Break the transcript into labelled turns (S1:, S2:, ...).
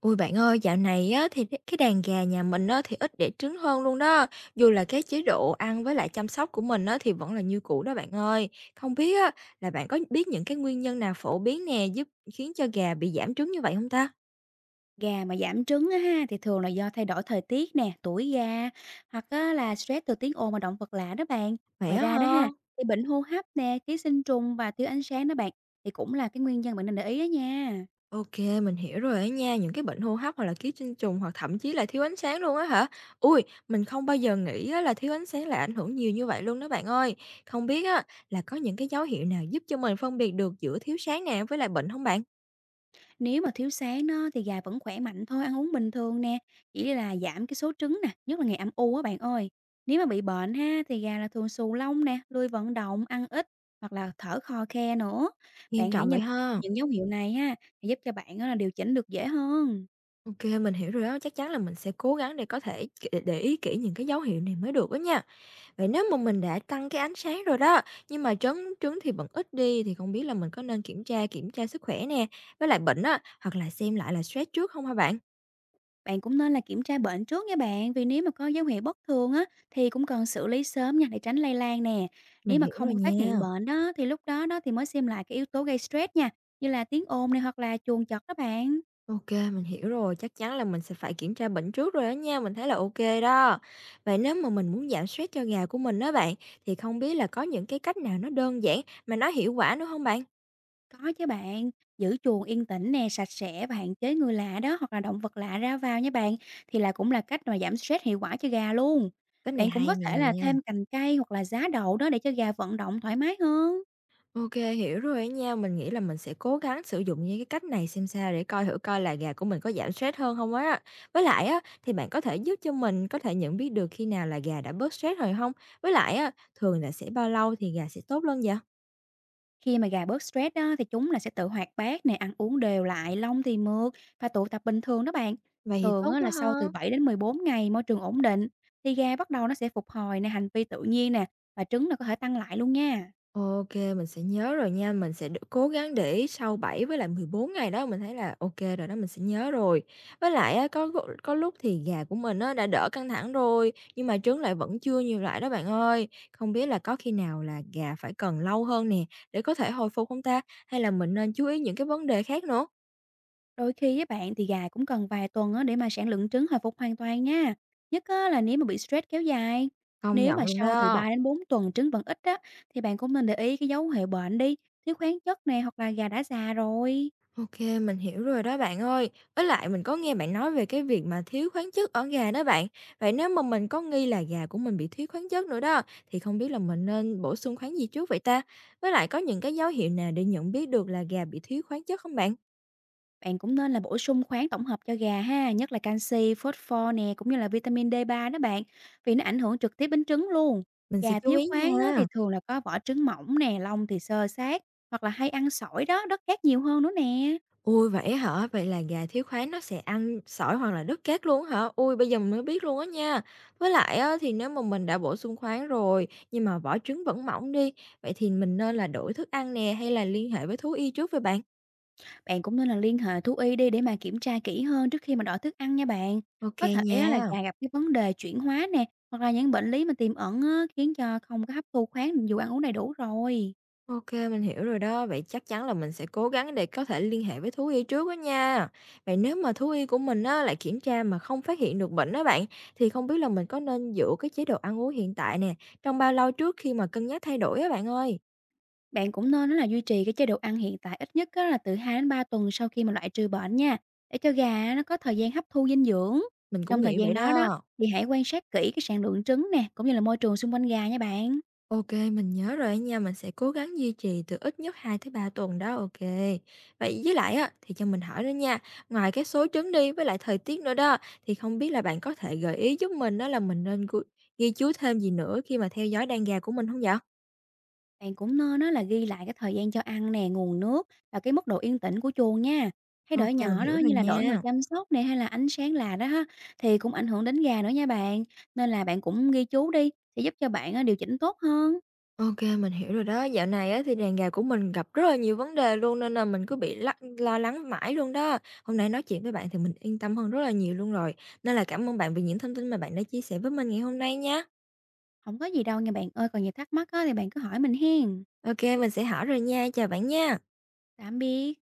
S1: Ôi bạn ơi, dạo này á thì cái đàn gà nhà mình á thì ít đẻ trứng hơn luôn đó. Dù là cái chế độ ăn với lại chăm sóc của mình á thì vẫn là như cũ đó bạn ơi. Không biết á là bạn có biết những cái nguyên nhân nào phổ biến nè giúp khiến cho gà bị giảm trứng như vậy không ta?
S2: Gà mà giảm trứng á ha, thì thường là do thay đổi thời tiết nè, tuổi gà, hoặc á là stress từ tiếng ồn mà động vật lạ đó bạn.
S1: Vậy
S2: Ngoài
S1: á
S2: ra đó
S1: ha?
S2: ha, thì bệnh hô hấp nè, ký sinh trùng và thiếu ánh sáng đó bạn, thì cũng là cái nguyên nhân bạn nên để ý đó nha.
S1: OK, mình hiểu rồi á nha, những cái bệnh hô hấp hoặc là ký sinh trùng hoặc thậm chí là thiếu ánh sáng luôn á hả? Ui, mình không bao giờ nghĩ á là thiếu ánh sáng lại ảnh hưởng nhiều như vậy luôn đó bạn ơi. Không biết á là có những cái dấu hiệu nào giúp cho mình phân biệt được giữa thiếu sáng nè với lại bệnh không bạn?
S2: Nếu mà thiếu sáng đó, thì gà vẫn khỏe mạnh thôi, ăn uống bình thường nè, chỉ là giảm cái số trứng nè, nhất là ngày âm u á bạn ơi. Nếu mà bị bệnh ha, thì gà là thường xù lông nè, lười vận động, ăn ít, hoặc là thở khò khe nữa.
S1: Nghiêm
S2: Bạn hãy
S1: trọng
S2: nhìn
S1: vậy ha.
S2: những dấu hiệu này ha, giúp cho bạn á là điều chỉnh được dễ hơn.
S1: Ok, mình hiểu rồi đó, chắc chắn là mình sẽ cố gắng để có thể kể để ý kỹ những cái dấu hiệu này mới được á nha. Vậy nếu mà mình đã tăng cái ánh sáng rồi đó, nhưng mà trứng trứng thì vẫn ít đi thì không biết là mình có nên kiểm tra sức khỏe nè, với lại bệnh á, hoặc là xem lại là stress trước không hả bạn?
S2: Bạn cũng nên là kiểm tra bệnh trước nha bạn, vì nếu mà có dấu hiệu bất thường á thì cũng cần xử lý sớm nha để tránh lây lan nè.
S1: Mình
S2: Nếu mà
S1: hiểu
S2: không
S1: rồi
S2: có phát hiện
S1: nha.
S2: bệnh đó thì lúc đó đó thì mới xem lại cái yếu tố gây stress nha, như là tiếng ồn này hoặc là chuồng chọt đó bạn.
S1: Ok, mình hiểu rồi, chắc chắn là mình sẽ phải kiểm tra bệnh trước rồi đó nha, mình thấy là ok đó. Vậy nếu mà mình muốn giảm stress cho gà của mình đó bạn, thì không biết là có những cái cách nào nó đơn giản mà nó hiệu quả nữa không bạn?
S2: Có chứ bạn, giữ chuồng yên tĩnh nè, sạch sẽ và hạn chế người lạ đó hoặc là động vật lạ ra vào nha bạn thì là cũng là cách mà giảm stress hiệu quả cho gà luôn.
S1: Cái này
S2: Bạn cũng
S1: hay
S2: có
S1: nè.
S2: thể là thêm cành cây hoặc là giá đậu đó để cho gà vận động thoải mái hơn.
S1: OK, hiểu rồi á nha. Mình nghĩ là mình sẽ cố gắng sử dụng những cái cách này xem sao để coi thử coi là gà của mình có giảm stress hơn không á. Với lại á, thì bạn có thể giúp cho mình có thể nhận biết được khi nào là gà đã bớt stress rồi không? Với lại á, thường là sẽ bao lâu thì gà sẽ tốt lên vậy?
S2: Khi mà gà bớt stress đó thì chúng là sẽ tự hoạt bát này ăn uống đều lại, lông thì mượt và tụ tập bình thường đó bạn.
S1: Vậy thì
S2: Thường
S1: tốt
S2: á,
S1: quá
S2: là sau
S1: ha.
S2: từ 7 đến 14 ngày môi trường ổn định thì gà bắt đầu nó sẽ phục hồi nè, hành vi tự nhiên nè và trứng là có thể tăng lại luôn nha.
S1: OK, mình sẽ nhớ rồi nha, mình sẽ cố gắng để ý sau 7 với lại 14 ngày đó, mình thấy là OK rồi đó, mình sẽ nhớ rồi. Với lại á, có lúc thì gà của mình á, đã đỡ căng thẳng rồi, nhưng mà trứng lại vẫn chưa nhiều lại đó bạn ơi. Không biết là có khi nào là gà phải cần lâu hơn nè, để có thể hồi phục không ta? Hay là mình nên chú ý những cái vấn đề khác nữa?
S2: Đôi khi với bạn thì gà cũng cần vài tuần á, để mà sản lượng trứng hồi phục hoàn toàn nha. Nhất á, là nếu mà bị stress kéo dài.
S1: Công
S2: Nếu
S1: nhận
S2: mà
S1: luôn
S2: sau từ
S1: đó.
S2: 3 đến 4 tuần trứng vẫn ít á, thì bạn cũng nên để ý cái dấu hiệu bệnh đi, thiếu khoáng chất nè hoặc là gà đã già rồi.
S1: Ok, mình hiểu rồi đó bạn ơi. Với lại mình có nghe bạn nói về cái việc mà thiếu khoáng chất ở gà đó bạn. Vậy nếu mà mình có nghi là gà của mình bị thiếu khoáng chất nữa đó, thì không biết là mình nên bổ sung khoáng gì trước vậy ta? Với lại có những cái dấu hiệu nào để nhận biết được là gà bị thiếu khoáng chất không bạn?
S2: Bạn cũng nên là bổ sung khoáng tổng hợp cho gà ha, nhất là canxi, phosphor nè, cũng như là vitamin D3 đó bạn, vì nó ảnh hưởng trực tiếp đến trứng luôn.
S1: Mình sẽ
S2: Gà
S1: chú
S2: thiếu
S1: ý
S2: khoáng đó thì
S1: nha.
S2: thường là có vỏ trứng mỏng nè, lông thì xơ xát, hoặc là hay ăn sỏi đó, đất cát nhiều hơn nữa nè.
S1: Ui, vậy hả? Vậy là gà thiếu khoáng nó sẽ ăn sỏi hoặc là đất cát luôn hả? Ui, bây giờ mình mới biết luôn á nha. Với lại á, thì nếu mà mình đã bổ sung khoáng rồi, nhưng mà vỏ trứng vẫn mỏng đi, vậy thì mình nên là đổi thức ăn nè, hay là liên hệ với thú y trước với bạn?
S2: Bạn cũng nên là liên hệ thú y đi để mà kiểm tra kỹ hơn trước khi mà đổi thức ăn nha bạn.
S1: Ok
S2: Có thể á là
S1: nha.
S2: gà gặp cái vấn đề chuyển hóa nè, hoặc là những bệnh lý mà tiềm ẩn á, khiến cho không có hấp thu khoáng dù ăn uống đầy đủ rồi.
S1: Ok, mình hiểu rồi đó. Vậy chắc chắn là mình sẽ cố gắng để có thể liên hệ với thú y trước đó nha. Vậy nếu mà thú y của mình á, lại kiểm tra mà không phát hiện được bệnh đó bạn, thì không biết là mình có nên giữ cái chế độ ăn uống hiện tại nè, trong bao lâu trước khi mà cân nhắc thay đổi á bạn ơi?
S2: Bạn cũng nên á là duy trì cái chế độ ăn hiện tại ít nhất á là từ 2 đến 3 tuần sau khi mà loại trừ bệnh nha, để cho gà á nó có thời gian hấp thu dinh dưỡng.
S1: Mình cũng
S2: Trong thời
S1: nghĩ
S2: gian
S1: vậy
S2: đó đó
S1: đó.
S2: thì hãy quan sát kỹ cái sản lượng trứng nè, cũng như là môi trường xung quanh gà nha bạn.
S1: Ok, mình nhớ rồi nha, mình sẽ cố gắng duy trì từ ít nhất 2 tới 3 tuần đó, ok. Vậy với lại á, thì cho mình hỏi nữa nha, ngoài cái số trứng đi với lại thời tiết nữa đó, thì không biết là bạn có thể gợi ý giúp mình đó là mình nên ghi chú thêm gì nữa khi mà theo dõi đàn gà của mình không vậy?
S2: Bạn cũng nên á là ghi lại cái thời gian cho ăn nè, nguồn nước và cái mức độ yên tĩnh của chuồng nha. Thay
S1: Ok,
S2: đổi
S1: mình
S2: nhỏ
S1: hiểu
S2: đó
S1: rồi
S2: như là đổi người
S1: nha.
S2: chăm sóc nè hay là ánh sáng là đó ha thì cũng ảnh hưởng đến gà nữa nha bạn. Nên là bạn cũng ghi chú đi sẽ giúp cho bạn á điều chỉnh tốt hơn.
S1: OK, mình hiểu rồi đó. Dạo này á thì đàn gà của mình gặp rất là nhiều vấn đề luôn nên là mình cứ bị lo lắng mãi luôn đó. Hôm nay nói chuyện với bạn thì mình yên tâm hơn rất là nhiều luôn rồi. Nên là cảm ơn bạn vì những thông tin mà bạn đã chia sẻ với mình ngày hôm nay nha.
S2: Không có gì đâu nha bạn ơi, còn nhiều thắc mắc á thì bạn cứ hỏi mình hen.
S1: OK, mình sẽ hỏi rồi nha. Chào bạn nha.
S2: Tạm biệt.